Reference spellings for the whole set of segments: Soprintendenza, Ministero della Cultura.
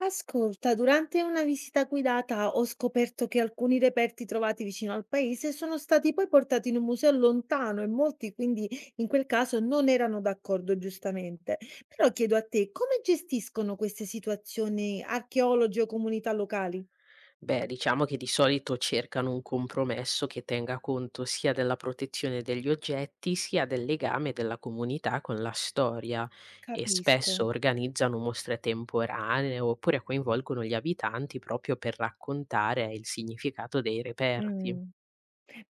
Ascolta, durante una visita guidata ho scoperto che alcuni reperti trovati vicino al paese sono stati poi portati in un museo lontano e molti quindi in quel caso non erano d'accordo giustamente. Però chiedo a te, come gestiscono queste situazioni archeologi o comunità locali? Beh, diciamo che di solito cercano un compromesso che tenga conto sia della protezione degli oggetti, sia del legame della comunità con la storia e Capisco. spesso organizzano mostre temporanee oppure coinvolgono gli abitanti proprio per raccontare il significato dei reperti. Mm.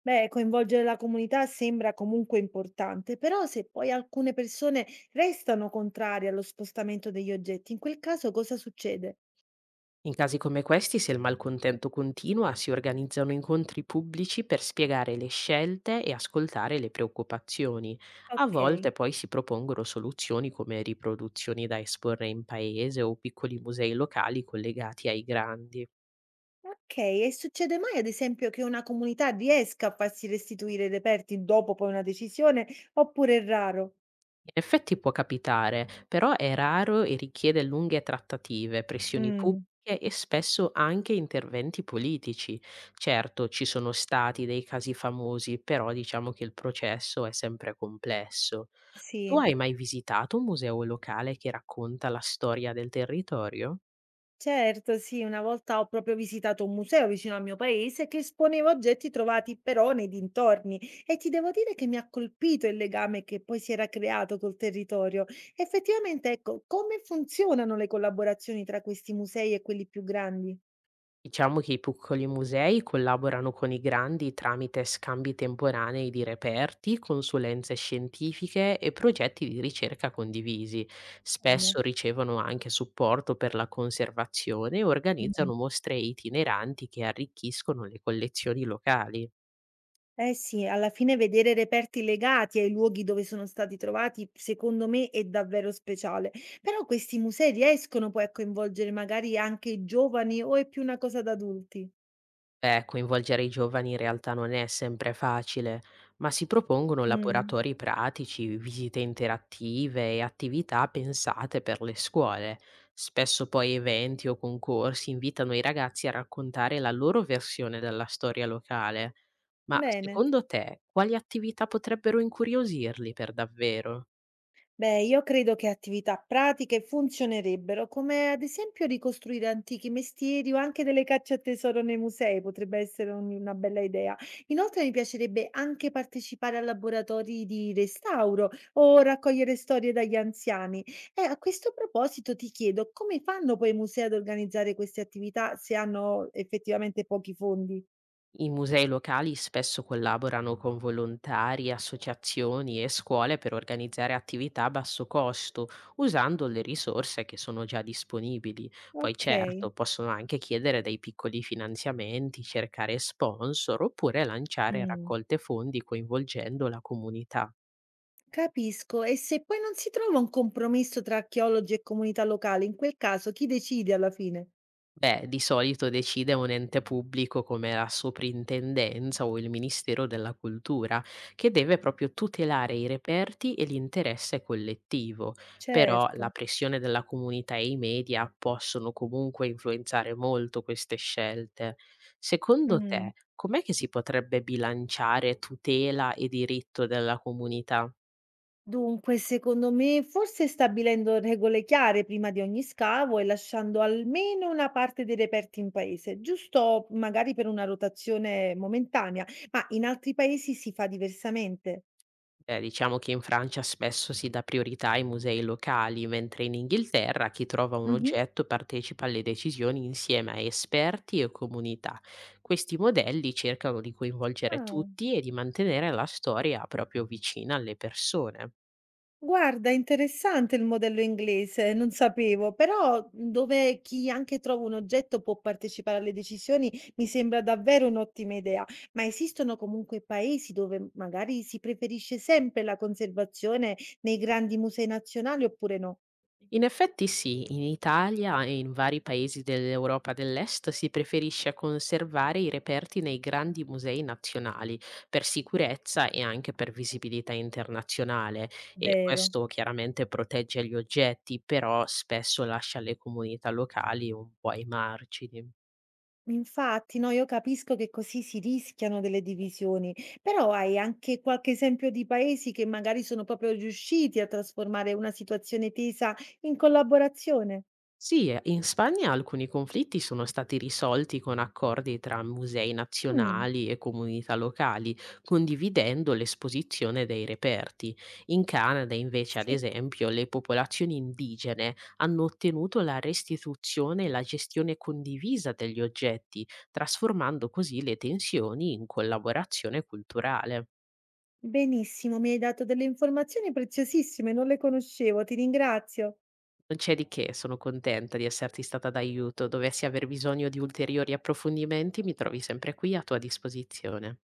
Beh, coinvolgere la comunità sembra comunque importante, però se poi alcune persone restano contrarie allo spostamento degli oggetti, in quel caso cosa succede? In casi come questi, se il malcontento continua, si organizzano incontri pubblici per spiegare le scelte e ascoltare le preoccupazioni. A Ok. volte poi si propongono soluzioni come riproduzioni da esporre in paese o piccoli musei locali collegati ai grandi. Okay, e succede mai ad esempio che una comunità riesca a farsi restituire i reperti dopo poi una decisione, oppure è raro? In effetti può capitare, però è raro e richiede lunghe trattative, pressioni Mh. pubbliche e spesso anche interventi politici. Certo, ci sono stati dei casi famosi, però diciamo che il processo è sempre complesso. Tu Sì, hai mai visitato un museo locale che racconta la storia del territorio? certo, sì, una volta ho proprio visitato un museo vicino al mio paese che esponeva oggetti trovati però nei dintorni e ti devo dire che mi ha colpito il legame che poi si era creato col territorio. Effettivamente, ecco, come funzionano le collaborazioni tra questi musei e quelli più grandi? Diciamo che i piccoli musei collaborano con i grandi tramite scambi temporanei di reperti, consulenze scientifiche e progetti di ricerca condivisi. Mh. Spesso ricevono anche supporto per la conservazione e organizzano mostre itineranti che arricchiscono le collezioni locali. Eh sì, alla fine vedere reperti legati ai luoghi dove sono stati trovati, secondo me, è davvero speciale. Però questi musei riescono poi a coinvolgere magari anche i giovani o è più una cosa da adulti? Beh, coinvolgere i giovani in realtà non è sempre facile, ma si propongono Mm, laboratori pratici, visite interattive e attività pensate per le scuole. Spesso poi eventi o concorsi invitano i ragazzi a raccontare la loro versione della storia locale. Ma bene. secondo te, quali attività potrebbero incuriosirli per davvero? Beh, io credo che attività pratiche funzionerebbero, come ad esempio ricostruire antichi mestieri o anche delle cacce a tesoro nei musei, potrebbe essere una bella idea. Inoltre mi piacerebbe anche partecipare a laboratori di restauro o raccogliere storie dagli anziani. E a questo proposito ti chiedo come fanno poi i musei ad organizzare queste attività se hanno effettivamente pochi fondi? I musei locali spesso collaborano con volontari, associazioni e scuole per organizzare attività a basso costo, usando le risorse che sono già disponibili. Poi Ok. certo, possono anche chiedere dei piccoli finanziamenti, cercare sponsor oppure lanciare Mm. raccolte fondi coinvolgendo la comunità. Capisco. E se poi non si trova un compromesso tra archeologi e comunità locale, in quel caso chi decide alla fine? Beh, di solito decide un ente pubblico come la Soprintendenza o il Ministero della Cultura, che deve proprio tutelare i reperti e l'interesse collettivo. Però la Certo. pressione della comunità e i media possono comunque influenzare molto queste scelte. Secondo Mm. te, com'è che si potrebbe bilanciare tutela e diritto della comunità? Dunque, secondo me, forse stabilendo regole chiare prima di ogni scavo e lasciando almeno una parte dei reperti in paese, giusto magari per una rotazione momentanea, ma in altri paesi si fa diversamente. Beh, diciamo che in Francia spesso si dà priorità ai musei locali, mentre in Inghilterra chi trova un Mhm. oggetto partecipa alle decisioni insieme a esperti e comunità. Questi modelli cercano di coinvolgere Ah. tutti e di mantenere la storia proprio vicina alle persone. Guarda, interessante il modello inglese, non sapevo, però dove chi anche trova un oggetto può partecipare alle decisioni mi sembra davvero un'ottima idea, ma esistono comunque paesi dove magari si preferisce sempre la conservazione nei grandi musei nazionali oppure no? In effetti sì, in Italia e in vari paesi dell'Europa dell'Est si preferisce conservare i reperti nei grandi musei nazionali per sicurezza e anche per visibilità internazionale e Vero. questo chiaramente protegge gli oggetti, però spesso lascia le comunità locali un po' ai margini. Infatti, no, io capisco che così si rischiano delle divisioni, però hai anche qualche esempio di paesi che magari sono proprio riusciti a trasformare una situazione tesa in collaborazione? Sì, in Spagna alcuni conflitti sono stati risolti con accordi tra musei Mh, nazionali e comunità locali, condividendo l'esposizione dei reperti. In Canada, invece, ad sì, esempio, le popolazioni indigene hanno ottenuto la restituzione e la gestione condivisa degli oggetti, trasformando così le tensioni in collaborazione culturale. benissimo, mi hai dato delle informazioni preziosissime, non le conoscevo, ti ringrazio. Non c'è di che, sono contenta di esserti stata d'aiuto. Dovessi aver bisogno di ulteriori approfondimenti, mi trovi sempre qui a tua disposizione.